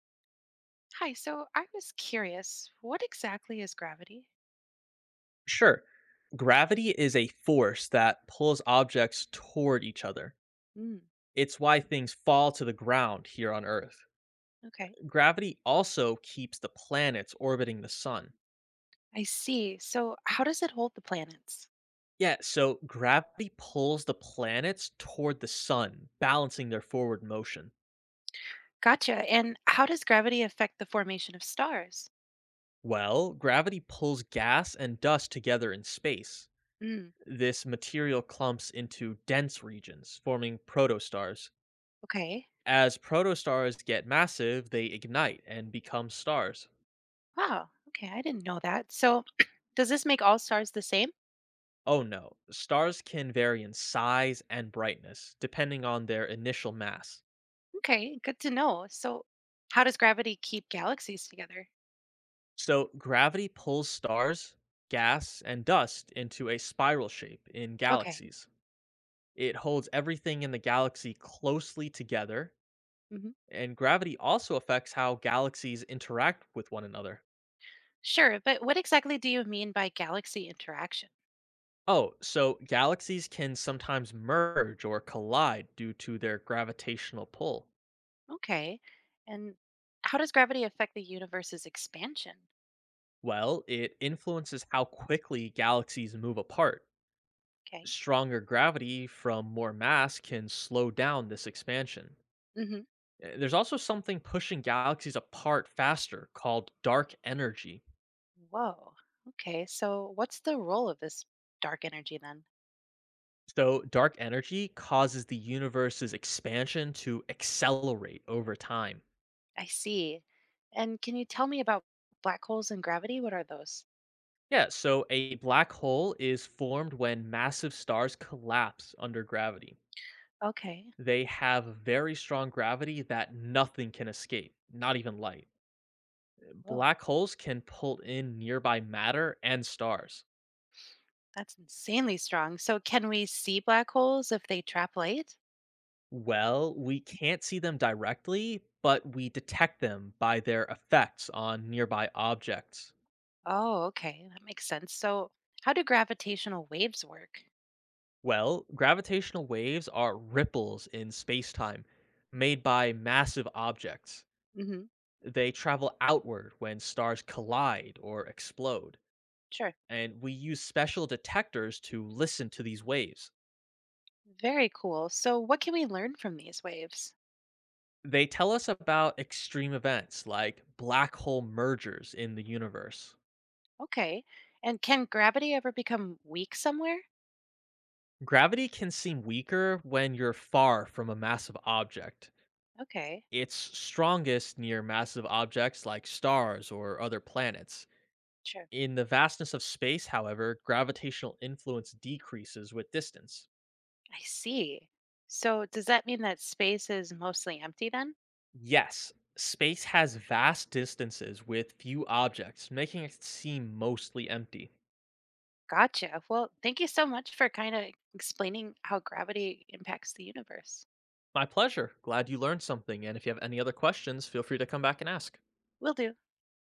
Hi, so I was curious, what exactly is gravity? Sure. Gravity is a force that pulls objects toward each other. Mm, It's why things fall to the ground here on Earth. okay, Gravity also keeps the planets orbiting the sun. I see. So, how does it hold the planets? Yeah, so gravity pulls the planets toward the sun, balancing their forward motion. Gotcha. And how does gravity affect the formation of stars? Well, gravity pulls gas and dust together in space. Mm, This material clumps into dense regions, forming protostars. okay. As protostars get massive, they ignite and become stars. Wow. Okay, I didn't know that. So, does this make all stars the same? Oh no, stars can vary in size and brightness depending on their initial mass. Okay, good to know. So, how does gravity keep galaxies together? So, gravity pulls stars, gas, and dust into a spiral shape in Okay. galaxies. It holds everything in the galaxy closely together, Hmm. and gravity also affects how galaxies interact with one another. Sure, but what exactly do you mean by galaxy interaction? Oh, so galaxies can sometimes merge or collide due to their gravitational pull. Okay. And how does gravity affect the universe's expansion? Well, it influences how quickly galaxies move apart. Okay. Stronger gravity from more mass can slow down this expansion. Hmm. There's also something pushing galaxies apart faster called dark energy. Whoa. Okay. So, what's the role of this dark energy then? So, dark energy causes the universe's expansion to accelerate over time. I see. And can you tell me about black holes and gravity? What are those? Yeah, so a black hole is formed when massive stars collapse under gravity. Okay. They have very strong gravity that nothing can escape, not even light. Whoa. Black holes can pull in nearby matter and stars. That's insanely strong. So, can we see black holes if they trap light? Well, we can't see them directly, but we detect them by their effects on nearby objects. Oh, okay. That makes sense. So, how do gravitational waves work? Well, gravitational waves are ripples in spacetime made by massive objects. Hmm. They travel outward when stars collide or explode, Sure. and we use special detectors to listen to these waves. Very cool. So, what can we learn from these waves? They tell us about extreme events like black hole mergers in the universe. Okay. And can gravity ever become weak somewhere? Gravity can seem weaker when you're far from a massive object. Okay. It's strongest near massive objects like stars or other planets. Sure. In the vastness of space, however, gravitational influence decreases with distance. I see. So does that mean that space is mostly empty then? Yes, space has vast distances with few objects, making it seem mostly empty. Gotcha. Well, thank you so much for kind of explaining how gravity impacts the universe. My pleasure. Glad you learned something. And if you have any other questions, feel free to come back and ask. Will do.